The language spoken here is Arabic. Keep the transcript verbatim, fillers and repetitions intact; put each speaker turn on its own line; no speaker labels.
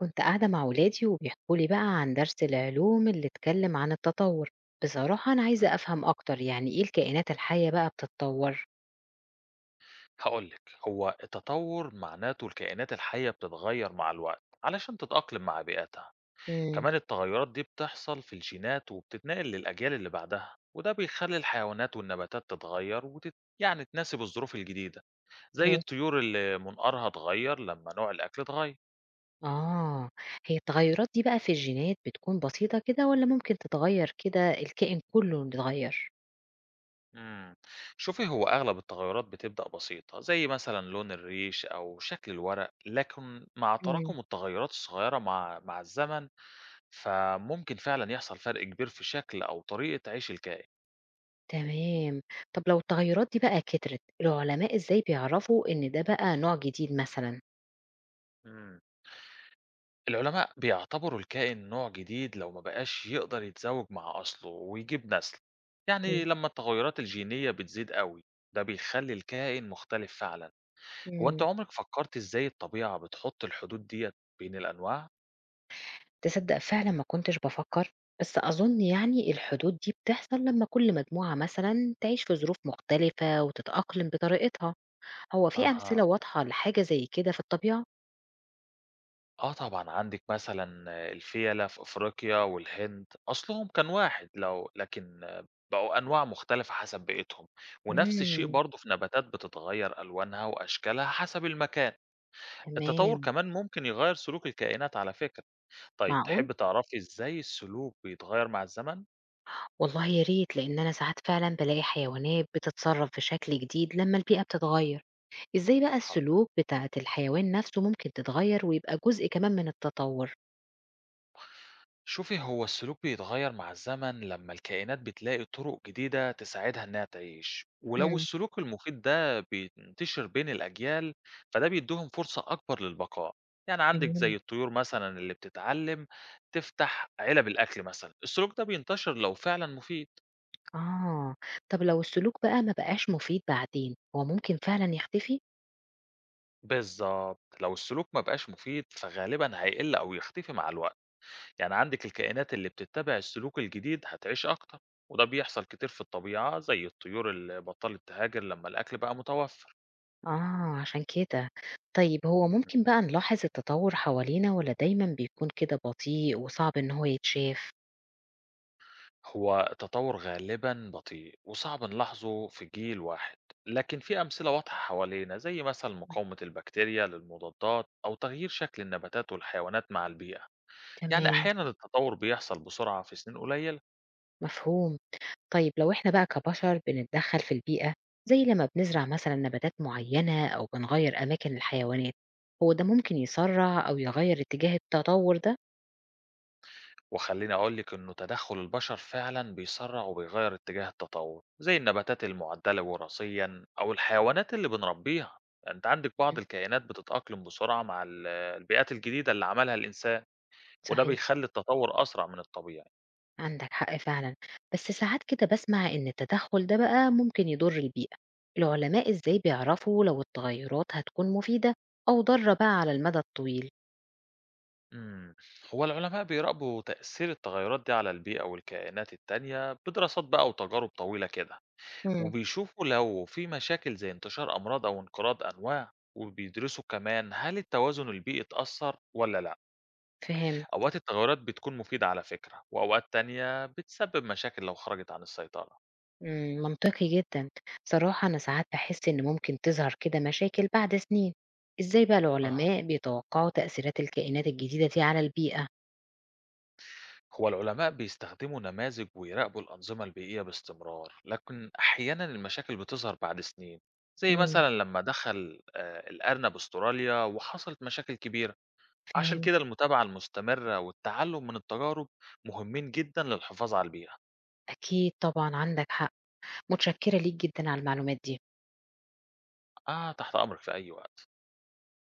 كنت قاعدة مع ولادي وبيحكوا لي بقى عن درس العلوم اللي اتكلم عن التطور. بصراحة أنا عايزة
إمم.
أفهم أكتر يعني إيه الكائنات الحية بقى بتتطور؟
هاقول لِك، هو التطوّر معناته الكائنات الحية بتتغيّر مع الوقت علشان تتأقلم مع بيئتها،
امم
كمان التغيّرات دي بتحصل في الجينات وبتتنقل للأجيال اللي بعدها، وده بيخلّي الحيوانات والنباتات تتغيّر وتت يعني تناسب الظروف الجديدة، زي
ماشي.
الطيور اللي منقارها اتغيّر لمّا نوع الأكل اتغيّر.
آه، هي التغيرات دي بقى في الجينات بتكون بسيطة كده ولا ممكن تتغير كده الكائن كله بيتغير؟
إمم. شوفي هو أغلب التغيّرات بتبدأ بسيطة، زي مثلًا لون الريش أو شكل الورق، لكن مع
امم.
تراكم التغيّرات الصغيّرة مع مع الزمن فممكن فعلًا يحصل فرق كبير في شكل أو طريقة عيش الكائن.
تمام. طب لو التغيرات دي بقى كترت، العلماء إزاي بيعرفوا إن ده بقى نوع جديد مثلا؟
إمم. العلماء بيعتبروا الكائن نوع جديد لو ما بقاش يقدر يتزوج مع أصله ويجيب نسل، يعني
ماشي.
لما التغيرات الجينية بتزيد أوي، ده بيخلي الكائن مختلف فعلًا. هو أنت
مم.
عمرك فكرت إزاي الطبيعة بتحط الحدود ديّة بين الأنواع؟
تصدّق فعلًا ما كنتش بافكّر، بس أظُن يعني الحدود دي بتحصل لمّا كل مجموعة مثلًا تعيش في ظروف مختلفة وتتأقلم بطريقتها. هو في
أها.
أمثلة واضحة لحاجة زي كده في الطبيعة؟
آه طبعًا، عندِك مثلًا الفيلة في أفريقيا والهند، أصلهم كان واحد لو لكن بقوا أنواع مختلفة حسب بيئتهم، ونفس الشيء
إمم،
برضه في نباتات بتتغير ألوانها وأشكالها حسب المكان، التطور
تمام.
كمان ممكن يغير سلوك الكائنات على فكرة، طيب
معقول!
تحبي تعرفي إزاي السلوك بيتغير مع الزمن؟
والله يا ريت، لإن أنا ساعات فعلًا بالاقي حيوانات بتتصرّف بشكل جديد لمّا البيئة بتتغيّر. إزاي بقى
حاضر.
السلوك بتاعة الحيوان نَفْسه ممكن تتغيّر ويبقى جزء كمان من التطوّر؟
شوفي هو السلوك بيتغير مع الزمن لما الكائنات بتلاقي طرق جديدة تساعدها إنها تعيش، ولو
إمم،
السلوك المفيد ده بينتشر بين الأجيال فده بيديهم فرصة أكبر للبقاء، يعني عندك زي
تمام.
الطيور مثلا اللي بتتعلم تفتح علب الأكل، مثلا السلوك ده بينتشر لو فعلا مفيد.
آه، طب لو السلوك بقى ما بقاش مفيد بعدين، هو ممكن فعلًا يختفي؟
بالظبط، لو السلوك ما بقاش مفيد فغالبا هيقل أو يختفي مع الوقت، يعني عندك الكائنات اللي بتتبع السلوك الجديد هتعيش أكتر، وده بيحصل كتير في الطبيعة زي الطيور اللي بطلت تهاجر لما الأكل بقى متوفر.
آه، عشان كده. طيب هو
مهم.
ممكن بقى نلاحظ التطور حوالينا والّا دايمًا بيكون كده بطيء وصعب إن هو يتشاف؟
هو التطور غالبا بطيء وصعب نلاحظه في جيل واحد، لكن في أمثلة واضحة حوالينا زي مثلا
مم.
مقاومة البكتيريا للمضادات أو تغيير شكل النباتات والحيوانات مع البيئة، يعني
تمام،
أحيانا التطور بيحصل بسرعة في سنين قليلة.
مفهوم. طيب لو إحنا بقى كبشر بنتدخل في البيئة، زي لما بنزرع مثلًا نباتات معينة أو بنغير أماكن الحيوانات، هو ده ممكن يسرع أو يغير اتجاه التطور ده؟
وخليني أقول لك إنه تدخل البشر فعلا بيسرع وبيغير اتجاه التطور زي النباتات المعدلة وراثيا أو الحيوانات اللي بنربيها، يعني أنت عندك بعض
مم.
الكائنات بتتأقلم بسرعة مع ال- البيئات الجديدة اللي عملها الإنسان، وده
صحيح.
بيخلي التطور أسرع من الطبيعي.
عندك حق فعلا، بس ساعات كده بسمع إن التدخل ده بقى ممكن يضر البيئة. العلماء إزاي بيعرفوا لو التغيرات هتكون مفيدة أو ضارة بقى على المدى الطويل؟
مم. هو العلماء بيراقبوا تأثير التغيرات دي على البيئة والكائنات التانية بدراسات بقى وتجارب طويلة كده،
مم.
وبيشوفوا لو في مشاكل زي انتشار أمراض أو انقراض أنواع، وبيدرسوا كمان هل التوازن البيئي اتأثر ولا لأ.
فهمت.
أوقات التغيرات بتكون مفيدة على فكرة، وأوقات تانية بتسبب مشاكل لو خرجت عن السيطرة.
مم، منطقي جدا. صراحة أنا ساعات بحس إن ممكن تظهر كده مشاكل بعد سنين. إزاي بقى
أها.
العلماء بيتوقعوا تأثيرات الكائنات الجديدة دي على البيئة؟
هو العلماء بيستخدموا نماذج ويراقبوا الأنظمة البيئية باستمرار، لكن أحيانا المشاكل بتظهر بعد سنين، زي
مم.
مثلا لما دخل آه، الأرنب أستراليا وحصلت مشاكل كبيرة. عشان
فهمت.
كده المتابعة المستمرة والتعلم من التجارب مهمين جدا للحفاظ على البيئة.
أكيد طبعا عندك حق. متشكرة ليك جدا على المعلومات دي.
آه تحت أمرك في أي وقت.